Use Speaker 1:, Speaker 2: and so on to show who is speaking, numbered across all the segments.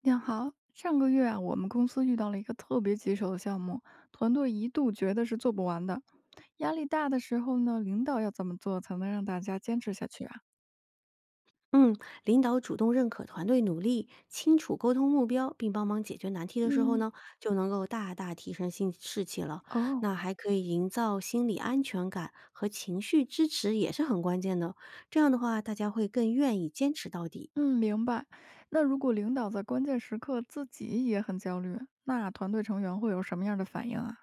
Speaker 1: 你好，上个月啊，我们公司遇到了一个特别棘手的项目，团队一度觉得是做不完的。压力大的时候呢，领导要怎么做才能让大家坚持下去啊？
Speaker 2: 嗯，领导主动认可团队努力，清楚沟通目标，并帮忙解决难题的时候
Speaker 1: 嗯
Speaker 2: 呢，就能够大大提升心士气了。
Speaker 1: 哦，
Speaker 2: 那还可以营造心理安全感和情绪支持，也是很关键的。这样的话，大家会更愿意坚持到底。
Speaker 1: 嗯，明白。那如果领导在关键时刻自己也很焦虑，那团队成员会有什么样的反应啊？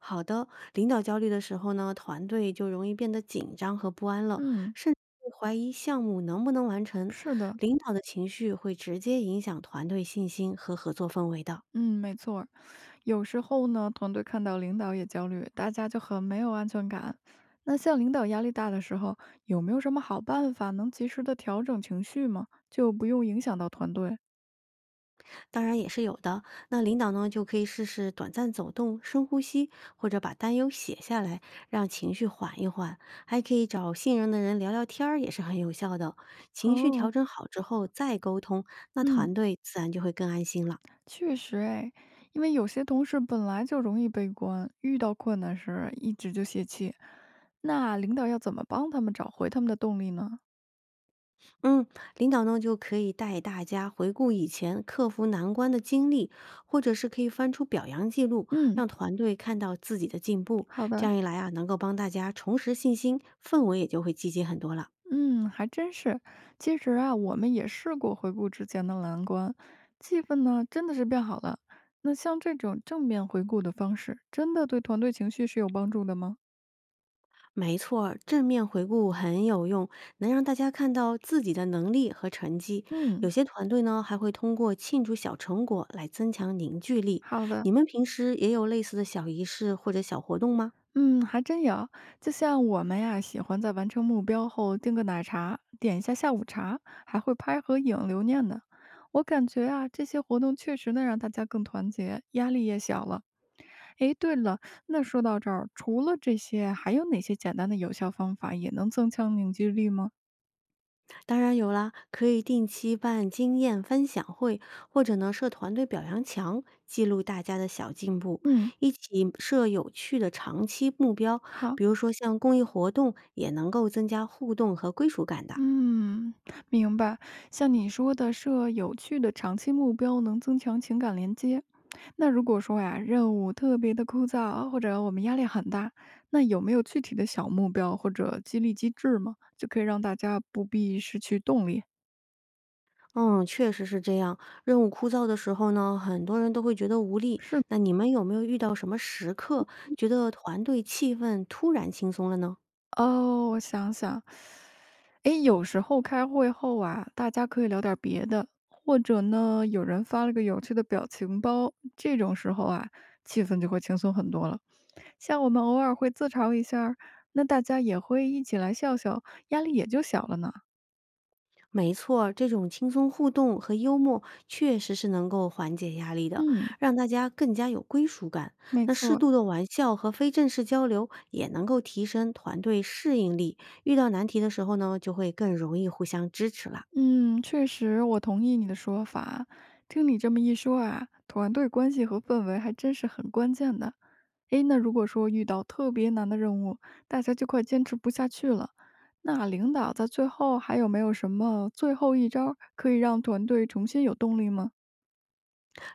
Speaker 2: 好的，领导焦虑的时候呢，团队就容易变得紧张和不安了，
Speaker 1: 嗯，
Speaker 2: 甚至会怀疑项目能不能完成。
Speaker 1: 是的。
Speaker 2: 领导的情绪会直接影响团队信心和合作氛围的。
Speaker 1: 嗯，没错儿有时候呢，团队看到领导也焦虑，大家就很没有安全感。那像领导压力大的时候，有没有什么好办法能及时的调整情绪吗？就不用影响到团队。
Speaker 2: 当然也是有的。那领导呢，就可以试试短暂走动、深呼吸，或者把担忧写下来，让情绪缓一缓。还可以找信任的人聊聊天儿，也是很有效的。情绪调
Speaker 1: 哦，
Speaker 2: 整好之后再沟通，那
Speaker 1: 嗯，
Speaker 2: 团队自然就会更安心了。
Speaker 1: 确实诶，因为有些同事本来就容易悲观，遇到困难时一直就泄气。那领导要怎么帮他们找回他们的动力呢？
Speaker 2: 嗯，领导呢就可以带大家回顾以前克服难关的经历，或者是可以翻出表扬记录，
Speaker 1: 嗯，
Speaker 2: 让团队看到自己的进步。
Speaker 1: 好
Speaker 2: 这
Speaker 1: 的。
Speaker 2: 样一来啊，能够帮大家重拾信心，氛围也就会积极很多了。
Speaker 1: 嗯，还真是。其实啊，我们也试过回顾之前的难关，气氛呢真的是变好了。那像这种正面回顾的方式，真的对团队情绪是有帮助的吗？
Speaker 2: 没错儿正面回顾很有用，能让大家看到自己的能力和成绩。有
Speaker 1: 嗯，
Speaker 2: 些团队呢，还会通过庆祝小成果来增强凝聚力。
Speaker 1: 好的。
Speaker 2: 你们平时也有类似的小仪式或者小活动吗？
Speaker 1: 嗯，还真有。就像我们呀，喜欢在完成目标后订个奶茶，点一下下午茶，还会拍合影留念呢。我感觉啊，这些活动确实能让大家更团结，压力也小了。诶，对了，那说到这儿，除了这些，还有哪些简单的有效方法也能增强凝聚力吗？
Speaker 2: 当然有啦，可以定期办经验分享会，或者呢设团队表扬墙，记录大家的小进步，
Speaker 1: 嗯，
Speaker 2: 一起设有趣的长期目标，
Speaker 1: 好。
Speaker 2: 比如说像公益活动，也能够增加互动和归属感的。
Speaker 1: 嗯，明白。像你说的，设有趣的长期目标能增强情感连接。那如果说呀，任务特别的枯燥，或者我们压力很大，那有没有具体的小目标或者激励机制吗？就可以让大家不必失去动力。
Speaker 2: 嗯，确实是这样。任务枯燥的时候呢，很多人都会觉得无力。
Speaker 1: 是
Speaker 2: 那你们有没有遇到什么时刻，觉得团队气氛突然轻松了呢？
Speaker 1: 哦，我想想，诶，有时候开会后啊，大家可以聊点儿别的，或者呢，有人发了个有趣的表情包，这种时候啊，气氛就会轻松很多了。像我们偶尔会自嘲一下儿那大家也会一起来笑笑，压力也就小了呢。
Speaker 2: 没错儿这种轻松互动和幽默确实是能够缓解压力的，
Speaker 1: 嗯，
Speaker 2: 让大家更加有归属感。
Speaker 1: 没
Speaker 2: 那适
Speaker 1: 错，
Speaker 2: 度的玩笑和非正式交流也能够提升团队适应力，遇到难题的时候呢，就会更容易互相支持啦。
Speaker 1: 嗯，确实，我同意你的说法。听你这么一说啊，团队关系和氛围还真是很关键的。诶，那如果说遇到特别难的任务，大家就快坚持不下去了，那领导在最后还有没有什么最后一招儿可以让团队重新有动力吗？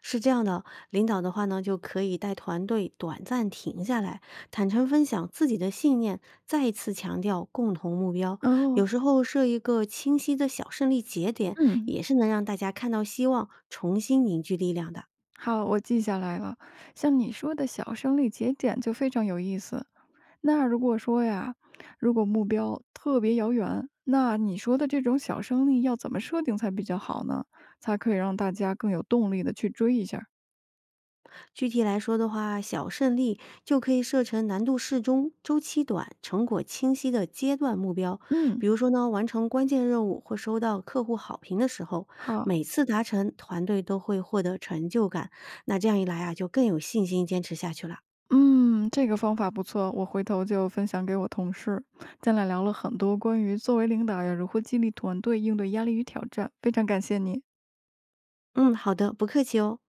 Speaker 2: 是这样的，领导的话呢，就可以带团队短暂停下来，坦诚分享自己的信念，再一次强调共同目标。有
Speaker 1: 哦，
Speaker 2: 时候设一个清晰的小胜利节点，
Speaker 1: 嗯，
Speaker 2: 也是能让大家看到希望，重新凝聚力量的。
Speaker 1: 好，我记下来了。像你说的小胜利节点就非常有意思。那如果说呀，如果目标特别遥远，那你说的这种小胜利要怎么设定才比较好呢？才可以让大家更有动力的去追一下儿
Speaker 2: 具体来说的话，小胜利就可以设成难度适中、周期短、成果清晰的阶段目标。
Speaker 1: 嗯，
Speaker 2: 比如说呢，完成关键任务或收到客户好评的时候，
Speaker 1: 好，
Speaker 2: 每次达成，团队都会获得成就感。那这样一来啊，就更有信心坚持下去了。
Speaker 1: 嗯，这个方法不错，我回头就分享给我同事。咱俩聊了很多关于作为领导要如何激励团队、应对压力与挑战，非常感谢你。
Speaker 2: 嗯，好的，不客气哦。